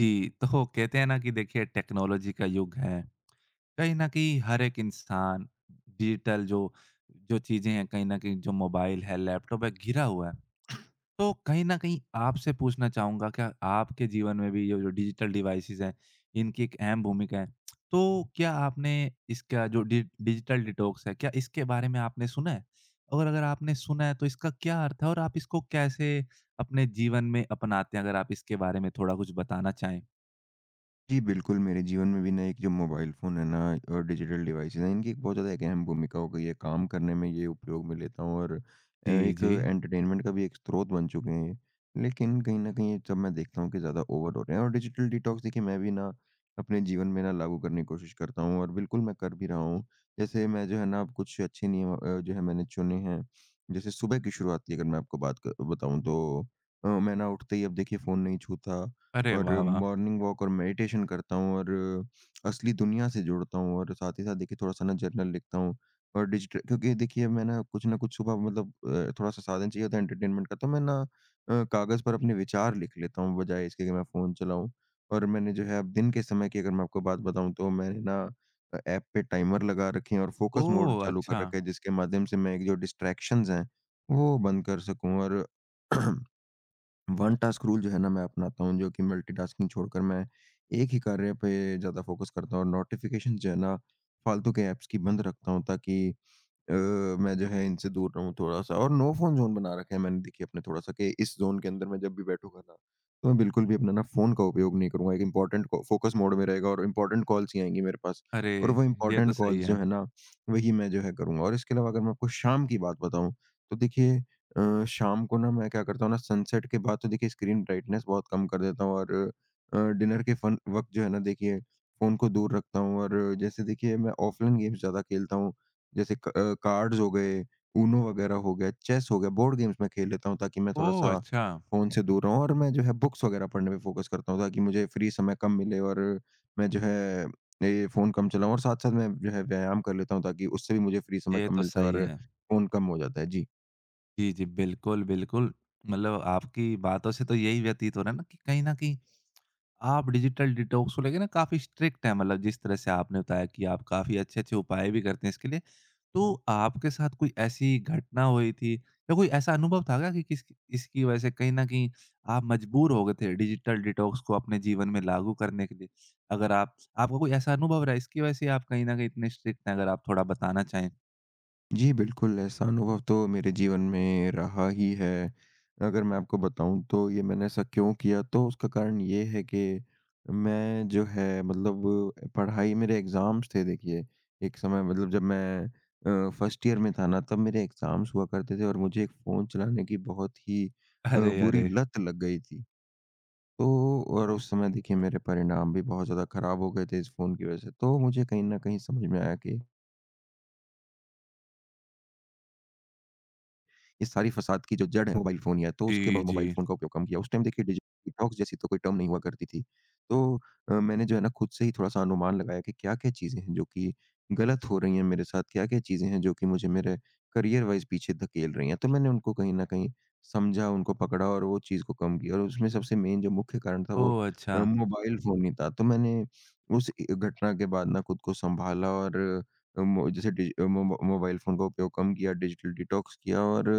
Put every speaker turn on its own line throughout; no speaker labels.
जी, तो कहते हैं ना कि देखिए टेक्नोलॉजी का युग है। कहीं न कहीं हर एक इंसान डिजिटल जो जो चीज़ें हैं, कहीं न कहीं जो मोबाइल है, लैपटॉप है, घिरा हुआ है। तो कहीं न कहीं आपसे पूछना चाहूँगा, क्या आपके जीवन में भी ये जो डिजिटल डिवाइसेज़ हैं, इनकी एक अहम भूमिका है? तो क्या आपने इसका जो डि डिजिटल डिटॉक्स है, क्या इसके बारे में आपने सुना है? और अगर आपने सुना है, तो इसका क्या अर्थ है और आप इसको कैसे अपने जीवन में अपनाते हैं? अगर आप इसके बारे में थोड़ा कुछ बताना चाहें।
जी, बिल्कुल, मेरे जीवन में भी ना एक जो मोबाइल फ़ोन है ना और डिजिटल डिवाइसेज़ हैं, इनकी एक बहुत ज़्यादा एक अहम भूमिका हो गई है। काम करने में ये उपयोग में लेता हूँ और
जी,
एक
जी।
एंटरटेनमेंट का भी एक स्रोत बन चुके हैं ये। लेकिन कहीं न कहीं जब मैं देखता हूँ कि ज़्यादा ओवर हो रहे हैं, और डिजिटल डिटॉक्स, देखिए मैं भी ना अपने जीवन में ना लागू करने की कोशिश करता हूँ और बिल्कुल मैं कर भी रहा हूँ। जैसे मैं जो है ना अब कुछ अच्छे नियम जो है मैंने चुने हैं। जैसे सुबह की शुरुआत की अगर मैं आपको बात क बताऊँ तो मैं ना उठते ही अब देखिए फ़ोन नहीं छूता।
अरे
और
वाह, वाह!
मॉर्निंग वॉक और मेडिटेशन करता हूँ और असली दुनिया से जुड़ता हूँ और साथ ही साथ देखिए थोड़ा-सा ना जर्नल लिखता हूँ। और डिजिटल, क्योंकि देखिए मैं ना कुछ सुबह मतलब थोड़ा-सा साधन चाहिए होता है एंटरटेनमेंट का, तो मैं ना कागज़ पर अपने विचार लिख लेता हूँ बजाए इसके कि मैं फ़ोन चलाऊँ। और मैंने जो है अब दिन के समय की अगर मैं आपको बात बताऊँ तो मैंने ना ऐप पे टाइमर लगा रखे हैं और फोकस मोड
ओह!
चालू कर
अच्छा।
रखा है, जिसके माध्यम से मैं एक जो डिस्ट्रैक्शंस हैं वो बंद कर सकूँ। और वन टास्क रूल जो है ना मैं अपनाता हूँ, जो कि मल्टीटास्किंग छोड़कर मैं एक ही कार्य पे ज़्यादा फोकस करता हूँ, और नोटिफिकेशन जो है ना फालतू के ऐप्स की बंद रखता हूँ, ताकि अ, मैं जो है इनसे दूर रहूँ थोड़ा-सा। और नो फ़ोन ज़ोन बना रखा है मैंने देखिए अपने थोड़ा-सा, कि इस ज़ोन के अंदर मैं जब भी बैठूँगा ना, तो मैं बिल्कुल भी अपना ना फ़ोन का उपयोग नहीं करूँगा। एक इम्पोर्टेंट को फ़ोकस मोड में रहेगा और इम्पोर्टेंट कॉल्स ही आएँगी मेरे पास,
अरे!
और वो
ये तो
इम्पोर्टेंट
सही
कॉल्स जो
है।
है ना, वही मैं जो है करूँगा। और इसके अलावा अगर मैं आपको शाम की बात बताऊँ, तो देखिए, शाम को ना मैं क्या करता हूँ ना, सनसेट के बाद तो देखिए स्क्रीन ब्राइटनेस बहुत कम कर देता हूँ, और डिनर के फन वक़्त जो है ना, देखिए फ़ोन को दूर रखता हूँ। और जैसे देखिए मैं ऑफ़लाइन गेम्स ज़्यादा खेलता हूँ। जैसे कार्ड्स हो गए, ऊनो वगैरह हो गया, चेस हो गया, बोर्ड गेम्स मैं खेल लेता हूँ, ताकि मैं
ओह!
थोड़ा-सा
अच्छा,
फ़ोन से दूर रहूँ, और मैं जो है बुक्स वगैरह पढ़ने पे फ़ोकस करता हूँ, ताकि मुझे फ्री समय कम मिले और मैं जो है ये फ़ोन कम चलाऊँ, और साथ-साथ मैं जो है व्यायाम कर लेता हूँ, ताकि उससे भी मुझे फ्री समय
ये
कम
तो
मिलता है
सही
और
है।
फ़ोन कम हो जाता है। जी।
जी, जी, बिल्कुल, बिल्कुल। मतलब आपकी बातों से तो यही व्यतीत हो रहा है ना कि कहीं न कहीं आप डिजिटल डिटॉक्स को लेके ना काफ़ी स्ट्रिक्ट हैं मतलब जिस तरह से आपने बताया कि आप काफ़ी अच्छे-अच्छे उपाय भी करते हैं इसके लिए। तो आपके साथ कोई ऐसी घटना हुई थी या कोई ऐसा अनुभव था क्या कि किस इसकी वजह से कहीं न कहीं आप मजबूर हो गए थे डिजिटल डिटॉक्स को अपने जीवन में लागू करने के लिए? अगर आप आपका कोई ऐसा अनुभव रहा है इसकी वजह से आप कहीं न कहीं इतने स्ट्रिक्ट हैं अगर आप थोड़ा बताना चाहें?
जी, बिल्कुल, ऐसा अनुभव तो मेरे जीवन में रहा ही है। अगर मैं आपको बताऊँ तो ये मैंने ऐसा क्यों किया, तो उसका कारण ये है कि मैं जो है मतलब पढ़ाई, मेरे एग्ज़ाम्स थे देखिए, एक समय मतलब जब मैं फर्स्ट ईयर में था ना, तब मेरे एग्ज़ाम्स हुआ करते थे और मुझे एक फ़ोन चलाने की बहुत ही
अरे,
बुरी
अरे!
लत लग गई थी। तो और उस समय देखिए मेरे परिणाम भी बहुत ज़्यादा ख़राब हो गए थे इस फ़ोन की वज़ह से। तो मुझे कहीं न कहीं समझ में आया कि इस सारी फ़साद की जो जड़ है मोबाइल फ़ोन ही है, तो उसके
जी,
बाद मोबाइल
जी।
फ़ोन का उपयोग कम किया। उस टाइम देखिए डिजिटल डिटॉक्स जैसी तो कोई टर्म नहीं हुआ करती थी। तो मैंने जो है ना खुद से ही थोड़ा-सा अनुमान लगाया कि क्या-क्या चीज़ें हैं जो कि गलत हो रही हैं मेरे साथ, क्या-क्या चीज़ें हैं जो कि मुझे मेरे करियर वाइज़ पीछे धकेल रही हैं। तो मैंने उनको कहीं न कहीं समझा, उनको पकड़ा और वो चीज़ को कम किया, और उसमें सबसे मेन जो मुख्य कारण था वो
ओह अच्छा!
मोबाइल फ़ोन ही था। तो मैंने उस इ घटना के बाद ना खुद को सँभाला, और अ, मो जैसे डिज अ, मो मोबाइल फ़ोन का उपयोग कम किया, डिजिटल डिटॉक्स किया, और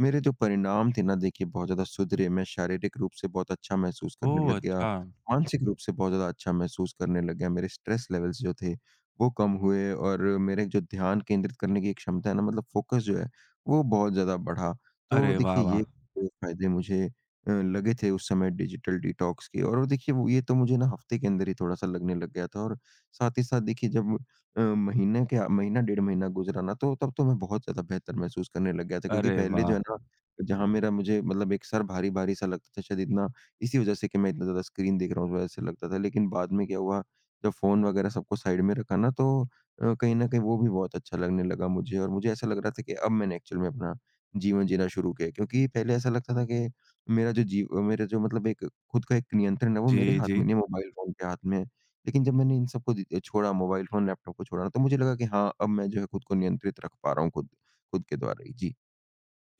मेरे जो परिणाम थे ना देखिए बहुत ज़्यादा सुधरे, मैं शारीरिक रूप से बहुत अच्छा महसूस करने
ओह
लग गया,
अच्छा!
मानसिक रूप से बहुत ज़्यादा अच्छा महसूस करने लग गया, मेरे स्ट्रेस लेवल्स जो थे वो कम हुए, और मेरे जो ध्यान केंद्रित करने की एक क्षमता है ना, मतलब फ़ोकस जो है वो बहुत ज़्यादा बढ़ा। तो
अरे वाह,
देखिए
वाह!
ये फ़ायदे मुझे लगे थे उस समय डिजिटल डिटॉक्स के, और देखिए वो ये तो मुझे ना हफ़्ते के अंदर ही थोड़ा-सा लगने लग गया था, और साथ ही साथ देखिए जब महीने क्या महीना, डेढ़ महीना गुज़रा ना, तो तब तो मैं बहुत ज़्यादा बेहतर महसूस करने लग गया था, क्योंकि
अरे
पहले जो
वाह!
है ना, जहाँ मेरा मुझे मतलब एक सर भारी-भारी सा लगता था, शायद इतना इसी वज़ह से कि मैं इतना ज़्यादा स्क्रीन देख रहा हूँ, उस वज़ह से लगता था। लेकिन बाद में क्या हुआ, जब फ़ोन वग़ैरह सबको साइड में रखा ना, तो कहीं न कहीं वो भी बहुत अच्छा लगने लगा मुझे, और मुझे ऐसा लग रहा था कि अब मैंने एक्चुअल में अपना जीवन जीना शुरू किया है। क्योंकि पहले ऐसा लगता था कि मेरा जो जीव मेरा जो मतलब एक खुद का एक नियंत्रण है वो मेरे
जी,
हाथ
जी।
में नहीं है, मोबाइल फ़ोन के हाथ में है। लेकिन जब मैंने इन सबको दी छोड़ा, मोबाइल फ़ोन, लैपटॉप को छोड़ा ना, तो मुझे लगा कि हाँ, अब मैं जो है खुद को नियंत्रित रख पा रहा हूँ खुद खुद के द्वारा ही। जी।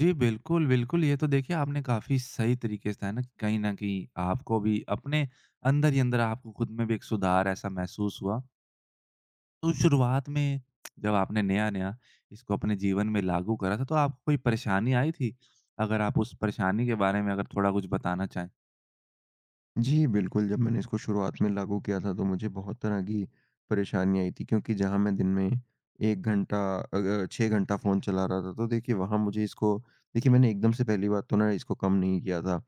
जी, बिल्कुल, बिल्कुल। ये तो देखिए आपने काफ़ी सही तरीके से है ना कहीं न कहीं आपको भी अपने अंदर ही अंदर आपको खुद में भी एक सुधार ऐसा महसूस हुआ। तो शुरुआत में जब आपने नया-नया इसको अपने जीवन में लागू करा था, तो आपको कोई परेशानी आई थी? अगर आप उस परेशानी के बारे में अगर थोड़ा कुछ बताना चाहें?
जी, बिल्कुल, जब मैंने इसको शुरुआत में लागू किया था, तो मुझे बहुत तरह की परेशानी आई थी, क्योंकि जहाँ मैं दिन में 1 घंटा 6 घंटा फ़ोन चला रहा था, तो देखिए वहाँ मुझे इसको, देखिए मैंने एकदम से पहली बात तो ना इसको कम नहीं किया था।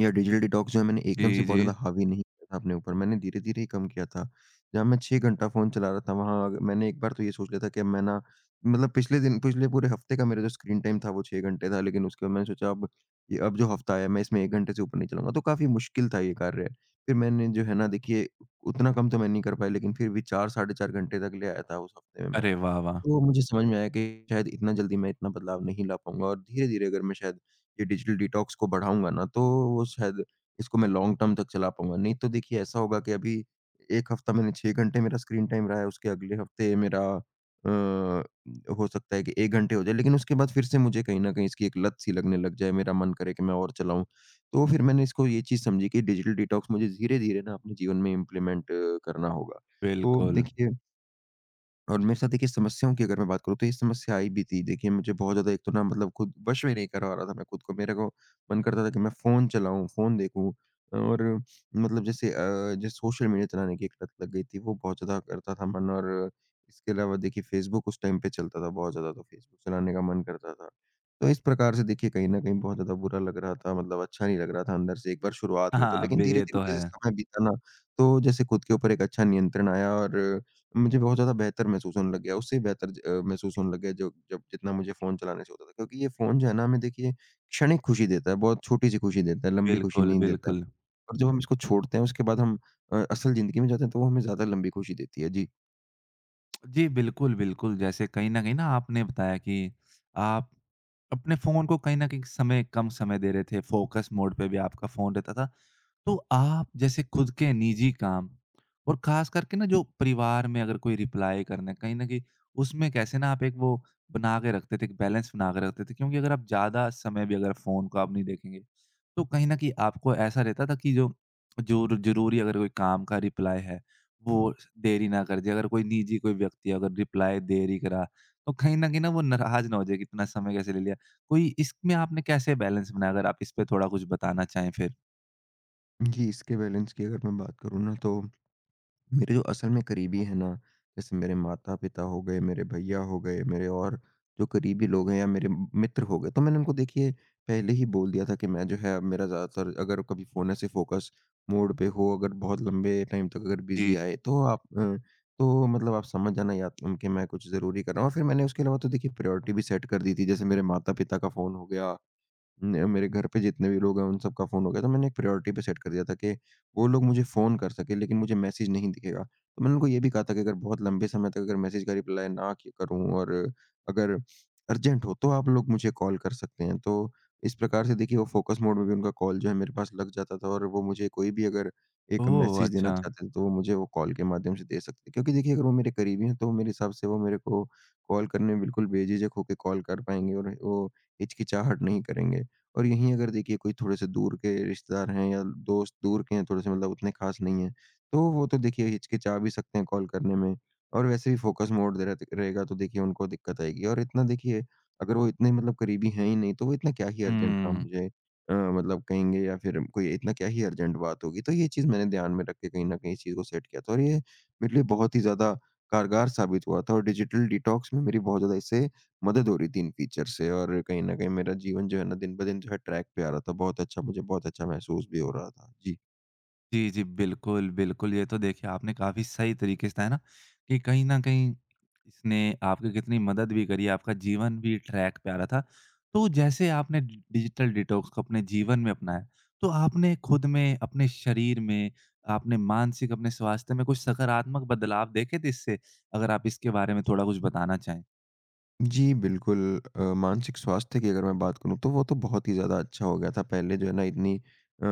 या डिजिटल डिटॉक्स जो है मैंने एकदम से
जी,
बहुत
जी।
ज़्यादा हावी नहीं किया था अपने ऊपर, मैंने धीरे-धीरे ही कम किया था। जहाँ मैं 6 घंटा फ़ोन चला रहा था, वहाँ अग मैंने एक बार तो ये सोच लिया था कि अब मैं ना मतलब पिछले दिन, पिछले पूरे हफ़्ते का मेरा जो स्क्रीन टाइम था वो 6 घंटे था, लेकिन उसके बाद मैंने सोचा अब ये अब जो हफ़्ता आया मैं इसमें 1 घंटे से ऊपर नहीं चलाऊँगा, तो काफ़ी मुश्किल था ये कार्य। फिर मैंने जो है ना देखिए उतना कम तो मैं नहीं कर पाया, लेकिन फिर भी 4 साढ़े 4 घंटे तक ले आया था उस हफ़्ते में मैं।
अरे वाह, वाह!
तो मुझे समझ में आया कि शायद इतना जल्दी मैं इतना बदलाव नहीं ला पाऊँगा, और धीरे-धीरे अगर मैं शायद ये डिजिटल डिटॉक्स को बढ़ाऊँगा ना, तो वो शायद इसको मैं लॉन्ग टर्म तक चला पाऊँगा। नहीं तो देखिए ऐसा होगा कि अभी 1 हफ़्ता मैंने 6 घंटे मेरा स्क्रीन टाइम रहा है, उसके अगले हफ़्ते मेरा अ, हो सकता है कि 1 घंटे हो जाए, लेकिन उसके बाद फिर से मुझे कहीं न कहीं इसकी एक लत सी लगने लग जाए, मेरा मन करे कि मैं और चलाऊँ। तो फिर मैंने इसको ये चीज़ समझी कि डिजिटल डिटॉक्स मुझे धीरे-धीरे ना अपने जीवन में इम्प्लीमेंट करना होगा। तो
बिल्कुल।
देखिए, और मेरे साथ देखिए समस्याओं की अगर मैं बात करूँ, तो ये समस्या आई भी थी। देखिए मुझे बहुत ज़्यादा एक तो ना मतलब खुद वश में नहीं करवा रहा था मैं खुद को। मेरे को मन करता था कि मैं फ़ोन चलाऊँ, फ़ोन देखूँ, और मतलब जैसे जैसे सोशल मीडिया चलाने की एक लत लग गई थी, वो बहुत ज़्यादा करता था मन, और इसके अलावा देखिए फ़ेसबुक उस टाइम पे चलता था बहुत ज़्यादा, तो फ़ेसबुक चलाने का मन करता था। तो इस प्रकार से देखिए कहीं न कहीं बहुत ज़्यादा बुरा लग रहा था, मतलब अच्छा नहीं लग रहा था अंदर से, एक बार शुरुआत में तो।
हाँ, ब
लेकिन
ये
धीरे-धीरे
तो
जैसे
है।
समय बीता ना, तो जैसे खुद के ऊपर एक अच्छा नियंत्रण आया और मुझे बहुत ज़्यादा बेहतर महसूस होने लग गया, उससे भी बेहतर महसूस होने लग गया जो जब जितना मुझे फ़ोन चलाने से होता था। क्योंकि ये फ़ोन जो है ना हमें देखिए क्षणिक खुशी देता है, बहुत छोटी-सी खुशी देता है, लंबी खुशी
बिल्कुल,
नहीं देता है।
बिल्कुल।
और जब हम इसको छोड़ते हैं उसके बाद हम असल ज़िंदगी में जाते हैं, तो वो हमें ज़्यादा लंबी खुशी देती है। जी।
जी, बिल्कुल, बिल्कुल। जैसे कहीं न कहीं ना आपने बताया कि आप अपने फ़ोन को कहीं न कहीं समय कम समय दे रहे थे, फ़ोकस मोड पे भी आपका फ़ोन रहता था। तो आप जैसे खुद के निजी काम और खास करके ना जो परिवार में अगर कोई रिप्लाई करना है, कहीं न कहीं उसमें कैसे ना आप एक वो बना के रखते थे, एक बैलेंस बना के रखते थे क्योंकि अगर आप ज़्यादा समय भी अगर फ़ोन को आप नहीं देखेंगे, तो कहीं न कहीं आपको ऐसा रहता था कि जो ज़रूरी अगर कोई काम का रिप्लाई है, वो देरी ना कर दे। अगर कोई निजी कोई व्यक्ति अगर रिप्लाई देरी करा, तो कहीं न कहीं ना वो नाराज़ ना हो जाए कि इतना समय कैसे ले लिया। कोई इसमें आपने कैसे बैलेंस बनाया? अगर आप इस पे थोड़ा कुछ बताना चाहें फिर।
जी, इसके बैलेंस की अगर मैं बात करूँ ना, तो मेरे जो असल में करीबी हैं ना, जैसे मेरे माता-पिता हो गए, मेरे भैया हो गए, मेरे और जो करीबी लोग हैं, या मेरे म मित्र हो गए, तो मैंने उनको देखिए पहले ही बोल दिया था कि मैं जो है अब मेरा ज़्यादातर अगर कभी फ़ोन ऐसे फ़ोकस मोड पे हो, अगर बहुत लंबे टाइम तक अगर बिज़ी आए, तो आप तो मतलब आप समझ जाना, या कि मैं कुछ ज़रूरी कर रहा हूँ, और फिर मैंने उसके अलावा तो देखिए प्रायोरिटी भी सेट कर दी थी। जैसे मेरे माता-पिता का फ़ोन हो गया न मेरे घर पे जितने भी लोग हैं, उन सबका फ़ोन हो गया, तो मैंने एक प्रायोरिटी पे सेट कर दिया था कि वो लोग मुझे फ़ोन कर सकें, लेकिन मुझे मैसेज नहीं दिखेगा। तो मैंने उनको ये भी कहा था कि अगर बहुत लंबे समय तक अगर मैसेज का रिप्लाई ना कि करूँ और अगर अर्जेंट हो, तो आप लोग मुझे कॉल कर सकते हैं। तो इस प्रकार से देखिए, वो फ़ोकस मोड में भी उनका कॉल जो है मेरे पास लग जाता था और वो मुझे कोई भी अगर एक
ओह!
मैसेज देना
अच्छा।
चाहते हैं, तो वो मुझे वो कॉल के माध्यम से दे सकते हैं। क्योंकि देखिए, अगर वो मेरे करीबी हैं, तो वो मेरे हिसाब से वो मेरे को कॉल करने में बिल्कुल बेझिझक होके कॉल कर पाएँगे और वो हिचकिचाहट नहीं करेंगे। और यहीं अगर देखिए कोई थोड़े-से दूर के रिश्तेदार हैं या दोस्त दूर के हैं थोड़े-से मतलब उतने ख़ास नहीं हैं, तो वो तो देखिए हिचकिचा भी सकते हैं कॉल करने में और वैसे भी फ़ोकस मोड दे रह रहेगा तो देखिए उनको दिक्कत आएगी और इतना देखिए अगर वो इतने मतलब करीबी हैं ही नहीं तो वो इतना क्या ही अर्जेंट काम
हुँ।
मुझे मतलब कहेंगे या फिर कोई इतना क्या ही अर्जेंट बात होगी। तो ये चीज़ मैंने ध्यान में रख के कहीं न कहीं इस चीज़ को सेट किया था और ये मेरे लिए बहुत ही ज़्यादा कारगर साबित हुआ था और डिजिटल डिटॉक्स में मेरी बहुत ज़्यादा इससे मदद हो रही थी इन फीचर से और कहीं न कहीं मेरा जीवन जो है ना दिन-ब-दिन जो है ट्रैक पे आ रहा था। बहुत अच्छा मुझे बहुत अच्छा महसूस भी हो रहा था। जी।
जी, जी, बिल्कुल, बिल्कुल। ये तो देखिए आपने काफ़ी सही तरीके से है ना, कि कहीं न कहीं इसने आपकी कितनी मदद भी करी, आपका जीवन भी ट्रैक पे आ रहा था। तो जैसे आपने डि डिजिटल डिटॉक्स को अपने जीवन में अपनाया, तो आपने खुद में, अपने शरीर में, आपने मानसिक अपने स्वास्थ्य में कुछ सकारात्मक बदलाव देखे थे इससे? अगर आप इसके बारे में थोड़ा कुछ बताना चाहें।
जी, बिल्कुल, मानसिक स्वास्थ्य की अगर मैं बात करूँ, तो वो तो बहुत ही ज़्यादा अच्छा हो गया था। पहले जो है ना इतनी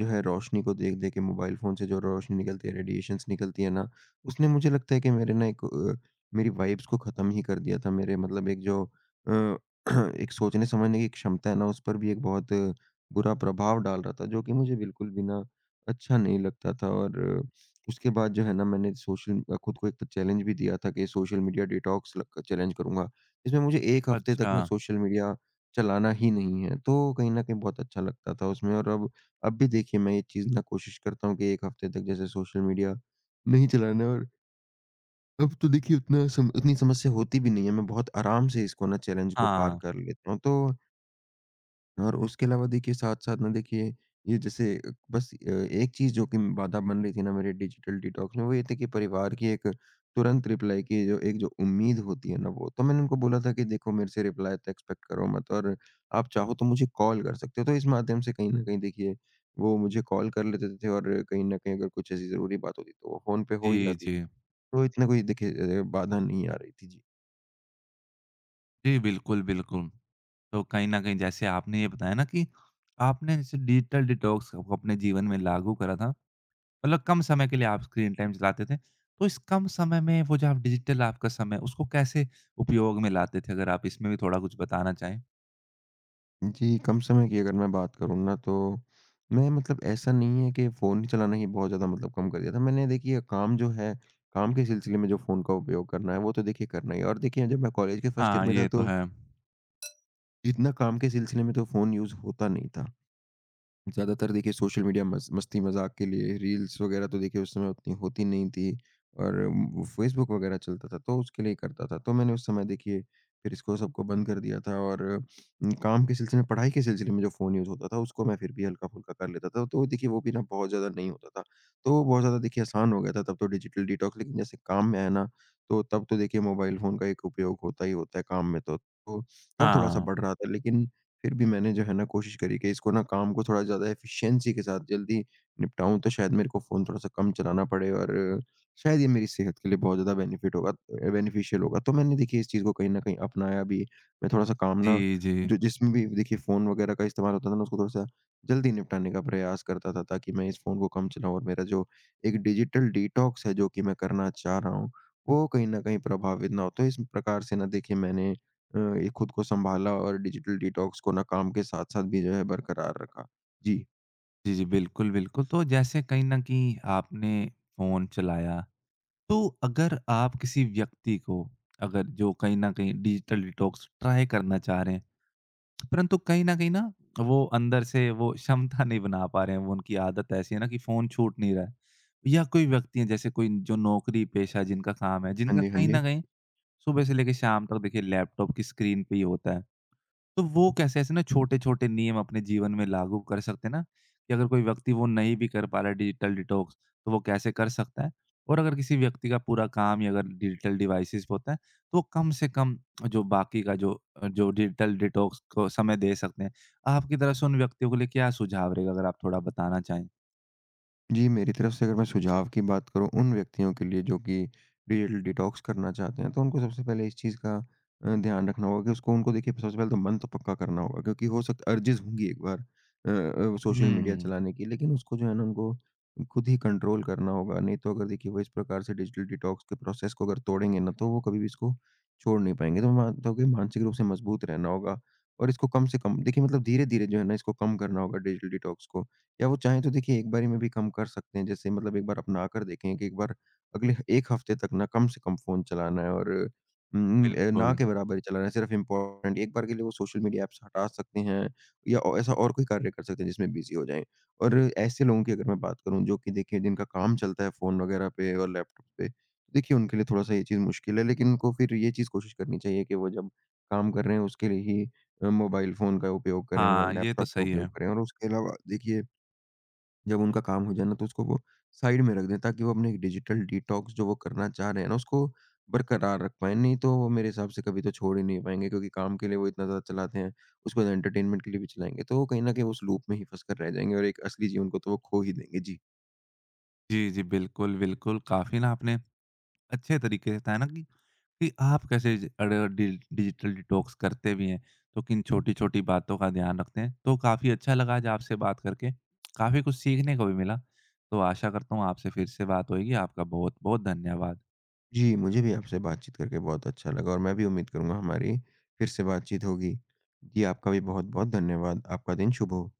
जो है रोशनी को देख देख के मोबाइल फ़ोन से जो रोशनी निकलती है, रेडिएशंस निकलती है ना, उसने मुझे लगता है कि मेरे ना एक मेरी वाइब्स को ख़त्म ही कर दिया था। मेरे मतलब एक जो अ, एक सोचने समझने की क्षमता है ना, उस पर भी एक बहुत बुरा प्रभाव डाल रहा था, जो कि मुझे बिल्कुल भी ना अच्छा नहीं लगता था। और उसके बाद जो है ना मैंने खुद को एक तो चैलेंज भी दिया था कि सोशल मीडिया डिटॉक्स लग चैलेंज करूँगा। इसमें मुझे 1 हफ्ते
अच्छा।
तक ना सोशल मीडिया चलाना ही नहीं है, तो कहीं न कहीं बहुत अच्छा लगता था उसमें। और अब भी देखिए मैं ये चीज़ ना कोशिश करता हूँ कि 1 हफ्ते तक जैसे सोशल मीडिया नहीं चलाना है और अब तो देखिए उतना सम उतनी समस्या होती भी नहीं है, मैं बहुत आराम से इसको ना चैलेंज को पार
हाँ।
कर लेता हूँ। तो और उसके अलावा देखिए साथ-साथ ना देखिए ये जैसे बस एक चीज़ जो कि बाधा बन रही थी ना मेरे डिजिटल डिटॉक्स में वो ये थी कि परिवार की एक तुरंत रिप्लाई की जो एक जो उम्मीद होती है ना वो, तो मैंने उनको बोला था कि देखो मेरे से रिप्लाई तो एक्सपेक्ट करो मत और आप चाहो तो मुझे कॉल कर सकते हो। तो इस माध्यम से कहीं न कहीं देखिए वो मुझे कॉल कर लेते थे और कहीं न कहीं अगर कुछ ऐसी ज़रूरी बात होती तो वो फ़ोन पे हो ही
जी,
जाती थी।
जी।
तो इतना कोई देखिए बाधा नहीं आ रही थी। जी।
जी, बिल्कुल, बिल्कुल। तो कहीं न कहीं जैसे आपने ये बताया ना कि आपने जैसे डिजिटल डिटॉक्स को अपने जीवन में लागू करा था। मतलब कम समय के लिए आप स्क्रीन टाइम चलाते थे। तो इस कम समय में वो जो आप डिजिटल आपका समय उसको कैसे उपयोग में लाते थे? अगर आप इसमें भी थोड़ा कुछ बताना चाहें।
जी, कम समय की अगर मैं बात करूँ ना तो मैं मतलब ऐसा नहीं है कि फ़ोन चलाना ही बहुत ज़्यादा मतलब कम कर दिया था। मैंने देखिए काम जो है, काम के सिलसिले में जो फ़ोन का उपयोग करना है वो तो देखिए करना ही है। और देखिए जब मैं कॉलेज के फर्स्ट ईयर
हाँ,
में था
ये तो
तो
है।
इतना काम के सिलसिले में तो फ़ोन यूज़ होता नहीं था। ज़्यादातर देखिए सोशल मीडिया मस मस्ती मज़ाक के लिए रील्स वग़ैरह तो देखिए उस समय उतनी होती नहीं थी और फ़ेसबुक वग़ैरह चलता था तो उसके लिए करता था। तो मैंने उस समय देखिए फिर इसको सबको बंद कर दिया था और काम के सिलसिले में पढ़ाई के सिलसिले में जो फ़ोन यूज़ होता था उसको मैं फिर भी हल्का-फुल्का कर लेता था। तो देखिए वो भी ना बहुत ज़्यादा नहीं होता था। तो वो बहुत ज़्यादा देखिए आसान हो गया था तब तो डिजिटल डिटॉक्स, लेकिन जैसे काम में आया ना तो तब तो देखिए मोबाइल फ़ोन का एक उपयोग होता ही होता है काम में तो। तो तब थोड़ा-सा
हाँ।
बढ़ रहा था, लेकिन फिर भी मैंने जो है ना कोशिश करी कि इसको ना काम को थोड़ा ज़्यादा एफ़िशिएंसी के साथ जल्दी निपटाऊँ तो शायद मेरे को फ़ोन थोड़ा-सा कम चलाना पड़े और शायद ये मेरी सेहत के लिए बहुत ज़्यादा बेनिफिट होगा, बेनिफिशियल होगा। तो मैंने देखिए इस चीज़ को कहीं न कहीं अपनाया भी। मैं थोड़ा-सा काम ना
जी, जी।
जो जिसमें भी देखिए फ़ोन वग़ैरह का इस्तेमाल होता था ना उसको थोड़ा-सा जल्दी निपटाने का प्रयास करता था ताकि मैं इस फ़ोन को कम चलाऊँ और मेरा जो एक डिजिटल डिटॉक्स है जो कि मैं करना चाह रहा हूँ, वो कहीं न कहीं प्रभावित ना हो। तो इस प्रकार से ना देखिए मैंने ये खुद को संभाला और डिजिटल डिटॉक्स को ना काम के साथ-साथ भी जो है बरकरार रखा। जी।
जी, जी। बिल्कुल, बिल्कुल। तो जैसे कहीं न कहीं आपने फ़ोन चलाया, तो अगर आप किसी व्यक्ति को अगर जो कहीं न कहीं डिजिटल डिटॉक्स ट्राई करना चाह रहे हैं परंतु कहीं न कहीं ना, वो अंदर से वो क्षमता नहीं बना पा रहे हैं, वो उनकी आदत ऐसी है ना कि फ़ोन छूट नहीं रहा है। या कोई व्यक्ति हैं जैसे कोई जो नौकरी-पेशा जिनका काम है,
हाँ
जिनका
जी, हाँ
कहीं न
जी।
कहीं सुबह से लेके शाम तक देखिए लैपटॉप की स्क्रीन पे ही होता है। तो वो कैसे ऐसे ना छोटे-छोटे नियम अपने जीवन में लागू कर सकते हैं ना, कि अगर कोई व्यक्ति वो नहीं भी कर पा रहा है डिजिटल डिटॉक्स, तो वो कैसे कर सकता है? और अगर किसी व्यक्ति का पूरा काम ही अगर डिजिटल डिवाइसेज़ पे होता है, तो वो कम से कम जो बाकी का जो जो डिजिटल डिटॉक्स को समय दे सकते हैं। आपकी तरफ से उन व्यक्तियों के लिए क्या सुझाव रहेगा? अगर आप थोड़ा बताना चाहें।
जी, मेरी तरफ से अगर मैं सुझाव की बात करूँ उन व्यक्तियों के लिए जो कि डिजिटल डिटॉक्स करना चाहते हैं, तो उनको सबसे पहले इस चीज़ का ध्यान रखना होगा कि उसको उनको देखिए सबसे पहले तो मन तो पक्का करना होगा क्योंकि हो सकता अर्जिज़ होंगी एक बार सोशल मीडिया
हुँ,
चलाने की, लेकिन उसको जो है ना उनको खुद ही कंट्रोल करना होगा। नहीं तो अगर देखिए वो इस प्रकार से डिजिटल डिटॉक्स के प्रोसेस को अगर तोड़ेंगे ना, तो वो कभी भी इसको छोड़ नहीं पाएँगे। तो मैं मानता हूँ कि मानसिक रूप से मजबूत रहना होगा और इसको कम से कम देखिए मतलब धीरे-धीरे जो है ना इसको कम करना होगा डिजिटल डिटॉक्स को। या वो चाहें तो देखिए एक बारी में भी कम कर सकते हैं। जैसे मतलब एक बार अपना कर देखें कि एक बार अगले 1 हफ्ते तक ना कम से कम फ़ोन चलाना है और ना
बिल्कुल।
के बराबर ही चलाना है, सिर्फ़ इम्पोर्टेंट, एक बार के लिए वो सोशल मीडिया ऐप्स हटा सकते हैं या औ ऐसा और कोई कार्य कर सकते हैं जिसमें बिज़ी हो जाएँ। और ऐसे लोगों की अगर मैं बात करूँ जो कि देखिए जिनका काम चलता है फ़ोन वगैरह पे और लैपटॉप पे, तो देखिए उनके लिए थोड़ा-सा ये चीज़ मुश्किल है, लेकिन उनको फिर ये चीज़ कोशिश करनी चाहिए कि वो जब काम कर रहे हैं उसके लिए ही मोबाइल फ़ोन का उपयोग करें या
हाँ, ये तो
लैपटॉप का
सही है।
उपयोग करें और उसके अलावा देखिए जब उनका काम हो जाए ना तो उसको वो साइड में रख दें ताकि वो अपने एक डिजिटल डिटॉक्स जो वो करना चाह रहे हैं ना उसको बरकरार रख पाएँ। नहीं तो वो मेरे हिसाब से कभी तो छोड़ ही नहीं पाएँगे क्योंकि काम के लिए वो इतना ज़्यादा चलाते हैं, उसको तो एंटरटेनमेंट के लिए भी चलाएँगे तो वो कहीं न कहीं उस लूप में ही फँस कर रह जाएँगे और एक असली जीवन को तो वो खो ही देंगे। जी।
जी, जी, बिल्कुल, बिल्कुल, काफ़ी ना आपने अच्छे तरीके से बताया ना कि आप कैसे अगर डिजिटल डिटॉक्स करते भी हैं तो किन छोटी छोटी बातों का ध्यान रखते हैं तो काफी अच्छा लगा आज आपसे बात करके काफी कुछ सीखने को भी मिला तो आशा करता हूँ आपसे फिर से बात होगी। आपका बहुत बहुत धन्यवाद।
जी, मुझे भी आपसे बातचीत करके बहुत अच्छा लगा और मैं भी उम्मीद करूँगा हमारी फिर से बातचीत होगी। जी, आपका भी बहुत-बहुत धन्यवाद। आपका दिन शुभ हो।